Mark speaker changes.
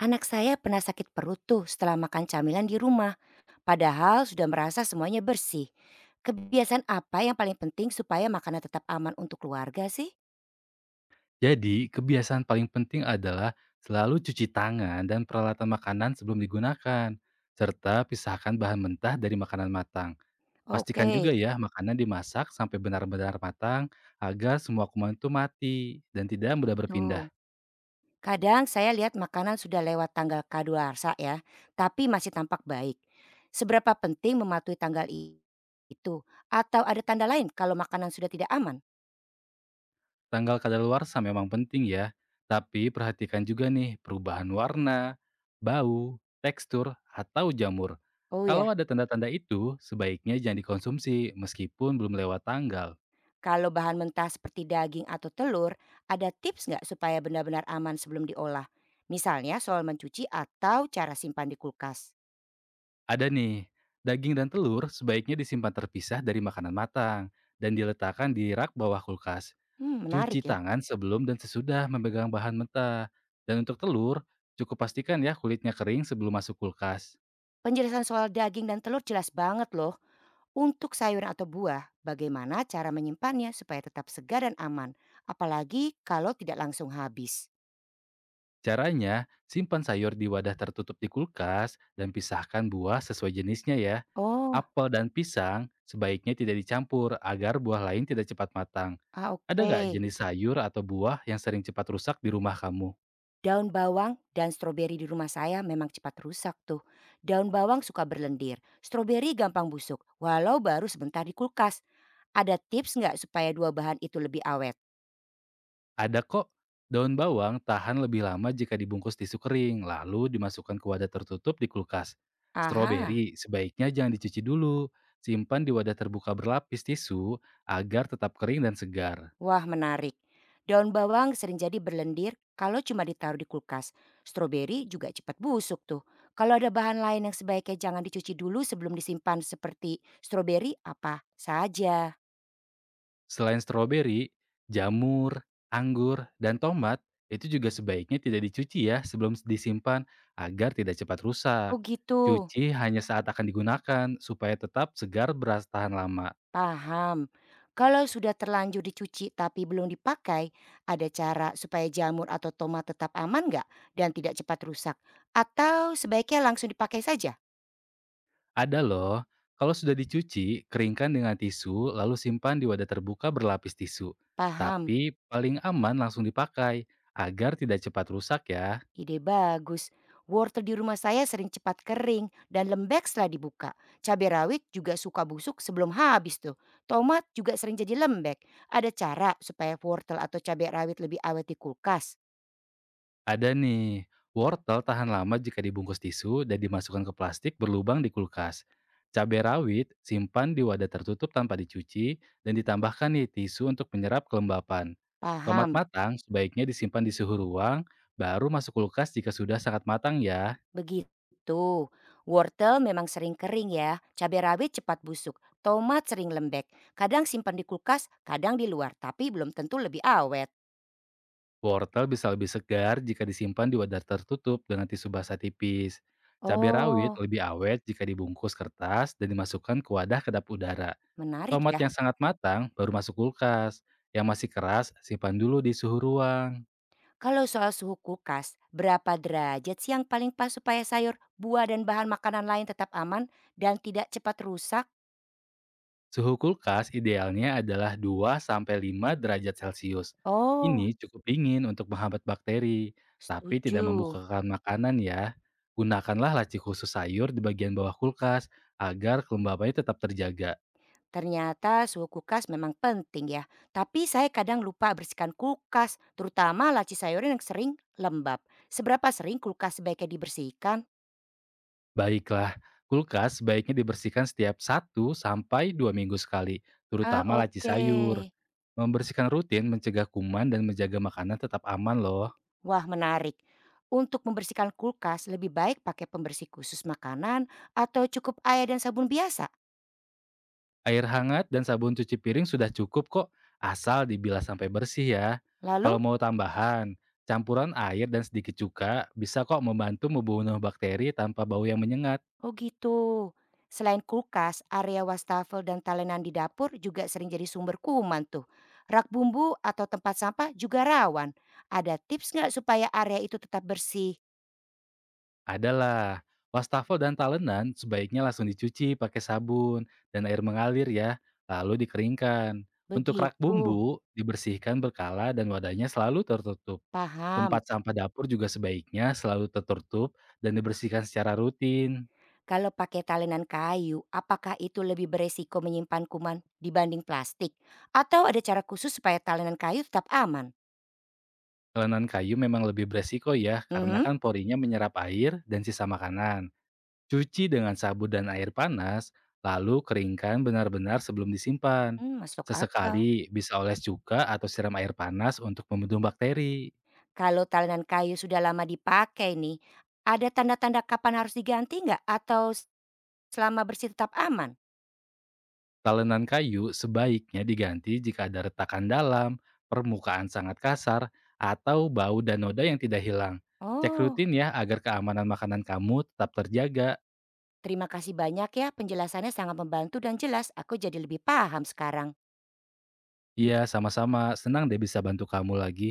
Speaker 1: Anak saya pernah sakit perut tuh setelah makan camilan di rumah, padahal sudah merasa semuanya bersih. Kebiasaan apa yang paling penting supaya makanan tetap aman untuk keluarga sih?
Speaker 2: Jadi, kebiasaan paling penting adalah selalu cuci tangan dan peralatan makanan sebelum digunakan, serta pisahkan bahan mentah dari makanan matang.
Speaker 1: Oke,
Speaker 2: Pastikan juga ya makanan dimasak sampai benar-benar matang agar semua kuman itu mati dan tidak mudah berpindah.
Speaker 1: begitu. Kadang saya lihat makanan sudah lewat tanggal kadaluarsa ya, tapi masih tampak baik. Seberapa penting mematuhi tanggal itu? Atau ada tanda lain kalau makanan sudah tidak aman?
Speaker 2: Tanggal kadaluarsa memang penting ya, tapi perhatikan juga nih perubahan warna, bau, tekstur, atau jamur.
Speaker 1: Oh ya.
Speaker 2: Kalau ada tanda-tanda itu, sebaiknya jangan dikonsumsi meskipun belum lewat tanggal.
Speaker 1: Kalau bahan mentah seperti daging atau telur, ada tips nggak supaya benar-benar aman sebelum diolah? Misalnya soal mencuci atau cara simpan di kulkas.
Speaker 2: Ada nih, daging dan telur sebaiknya disimpan terpisah dari makanan matang dan diletakkan di rak bawah kulkas.
Speaker 1: Hmm, menarik
Speaker 2: Cuci
Speaker 1: ya.
Speaker 2: tangan sebelum dan sesudah memegang bahan mentah. Dan untuk telur, cukup pastikan ya kulitnya kering sebelum masuk kulkas.
Speaker 1: Penjelasan soal daging dan telur jelas banget loh. Untuk sayuran atau buah, bagaimana cara menyimpannya supaya tetap segar dan aman? Apalagi kalau tidak langsung habis.
Speaker 2: Caranya, simpan sayur di wadah tertutup di kulkas dan pisahkan buah sesuai jenisnya ya.
Speaker 1: Oh,
Speaker 2: Apel dan pisang sebaiknya tidak dicampur agar buah lain tidak cepat matang.
Speaker 1: ah,
Speaker 2: Ada
Speaker 1: oke.
Speaker 2: nggak jenis sayur atau buah yang sering cepat rusak di rumah kamu?
Speaker 1: Daun bawang dan stroberi di rumah saya memang cepat rusak tuh. Daun bawang suka berlendir, stroberi gampang busuk, walau baru sebentar di kulkas. Ada tips nggak supaya dua bahan itu lebih awet?
Speaker 2: Ada kok. Daun bawang tahan lebih lama jika dibungkus tisu kering, lalu dimasukkan ke wadah tertutup di kulkas.
Speaker 1: Aha,
Speaker 2: Stroberi sebaiknya jangan dicuci dulu. Simpan di wadah terbuka berlapis tisu agar tetap kering dan segar.
Speaker 1: wah, menarik. Daun bawang sering jadi berlendir kalau cuma ditaruh di kulkas. Stroberi juga cepat busuk tuh. Kalau ada bahan lain yang sebaiknya jangan dicuci dulu sebelum disimpan seperti stroberi apa saja.
Speaker 2: Selain stroberi, jamur, anggur, dan tomat itu juga sebaiknya tidak dicuci ya sebelum disimpan agar tidak cepat rusak.
Speaker 1: Oh gitu.
Speaker 2: Cuci hanya saat akan digunakan supaya tetap segar beras tahan lama.
Speaker 1: Paham. Kalau sudah terlanjur dicuci tapi belum dipakai, ada cara supaya jamur atau tomat tetap aman nggak dan tidak cepat rusak? Atau sebaiknya langsung dipakai saja?
Speaker 2: Ada loh. Kalau sudah dicuci, keringkan dengan tisu, lalu simpan di wadah terbuka berlapis tisu.
Speaker 1: Paham.
Speaker 2: Tapi paling aman langsung dipakai, agar tidak cepat rusak ya.
Speaker 1: Ide bagus. Wortel di rumah saya sering cepat kering dan lembek setelah dibuka. Cabai rawit juga suka busuk sebelum habis tuh. Tomat juga sering jadi lembek. Ada cara supaya wortel atau cabai rawit lebih awet di kulkas?
Speaker 2: Ada nih, wortel tahan lama jika dibungkus tisu dan dimasukkan ke plastik berlubang di kulkas. Cabai rawit simpan di wadah tertutup tanpa dicuci dan ditambahkan nih tisu untuk menyerap kelembapan. Tomat
Speaker 1: Paham.
Speaker 2: matang sebaiknya disimpan di suhu ruang, baru masuk kulkas jika sudah sangat matang ya.
Speaker 1: Begitu. Wortel memang sering kering ya, cabai rawit cepat busuk, tomat sering lembek, kadang simpan di kulkas, kadang di luar, tapi belum tentu lebih awet.
Speaker 2: Wortel bisa lebih segar jika disimpan di wadah tertutup dengan tisu basah tipis. Cabai rawit
Speaker 1: Oh,
Speaker 2: lebih awet jika dibungkus kertas dan dimasukkan ke wadah kedap udara.
Speaker 1: menarik
Speaker 2: Tomat
Speaker 1: ya.
Speaker 2: yang sangat matang baru masuk kulkas. Yang masih keras simpan dulu di suhu ruang.
Speaker 1: Kalau soal suhu kulkas, berapa derajat sih yang paling pas supaya sayur, buah, dan bahan makanan lain tetap aman dan tidak cepat rusak?
Speaker 2: Suhu kulkas idealnya adalah 2 sampai 5 derajat Celcius.
Speaker 1: Oh,
Speaker 2: Ini cukup dingin untuk menghambat bakteri, tapi tidak
Speaker 1: setuju.
Speaker 2: membukakan makanan ya. Gunakanlah laci khusus sayur di bagian bawah kulkas agar kelembabannya tetap terjaga.
Speaker 1: Ternyata suhu kulkas memang penting ya, tapi saya kadang lupa bersihkan kulkas, terutama laci sayuran yang sering lembab. Seberapa sering kulkas sebaiknya dibersihkan?
Speaker 2: Baiklah, kulkas sebaiknya dibersihkan setiap 1 sampai 2 minggu sekali,
Speaker 1: Ah,
Speaker 2: terutama laci
Speaker 1: oke.
Speaker 2: sayur. Membersihkan rutin mencegah kuman dan menjaga makanan tetap aman loh.
Speaker 1: Wah, menarik. Untuk membersihkan kulkas lebih baik pakai pembersih khusus makanan atau cukup air dan sabun biasa.
Speaker 2: Air hangat dan sabun cuci piring sudah cukup kok, asal dibilas sampai bersih ya.
Speaker 1: Lalu
Speaker 2: Kalau mau tambahan, campuran air dan sedikit cuka bisa kok membantu membunuh bakteri tanpa bau yang menyengat.
Speaker 1: oh gitu. Selain kulkas, area wastafel dan talenan di dapur juga sering jadi sumber kuman tuh. Rak bumbu atau tempat sampah juga rawan. Ada tips nggak supaya area itu tetap bersih?
Speaker 2: Adalah. Wastafel dan talenan sebaiknya langsung dicuci pakai sabun dan air mengalir ya, lalu dikeringkan. Untuk rak
Speaker 1: Begitu,
Speaker 2: bumbu, dibersihkan berkala dan wadahnya selalu tertutup.
Speaker 1: paham.
Speaker 2: Tempat sampah dapur juga sebaiknya selalu tertutup dan dibersihkan secara rutin.
Speaker 1: Kalau pakai talenan kayu, apakah itu lebih beresiko menyimpan kuman dibanding plastik? Atau ada cara khusus supaya talenan kayu tetap aman?
Speaker 2: Talenan kayu memang lebih beresiko ya, karena
Speaker 1: Mhm,
Speaker 2: kan porinya menyerap air dan sisa makanan. Cuci dengan sabun dan air panas, lalu keringkan benar-benar sebelum disimpan.
Speaker 1: hmm, masuk akal.
Speaker 2: Sesekali bisa oles cuka atau siram air panas untuk membunuh bakteri.
Speaker 1: Kalau talenan kayu sudah lama dipakai nih, ada tanda-tanda kapan harus diganti nggak atau selama bersih tetap aman?
Speaker 2: Talenan kayu sebaiknya diganti jika ada retakan dalam, permukaan sangat kasar, atau bau dan noda yang tidak hilang. Cek
Speaker 1: Oh,
Speaker 2: rutin ya agar keamanan makanan kamu tetap terjaga.
Speaker 1: terima kasih banyak ya penjelasannya sangat membantu dan jelas, aku jadi lebih paham sekarang.
Speaker 2: Iya, sama-sama. Senang deh bisa bantu kamu lagi.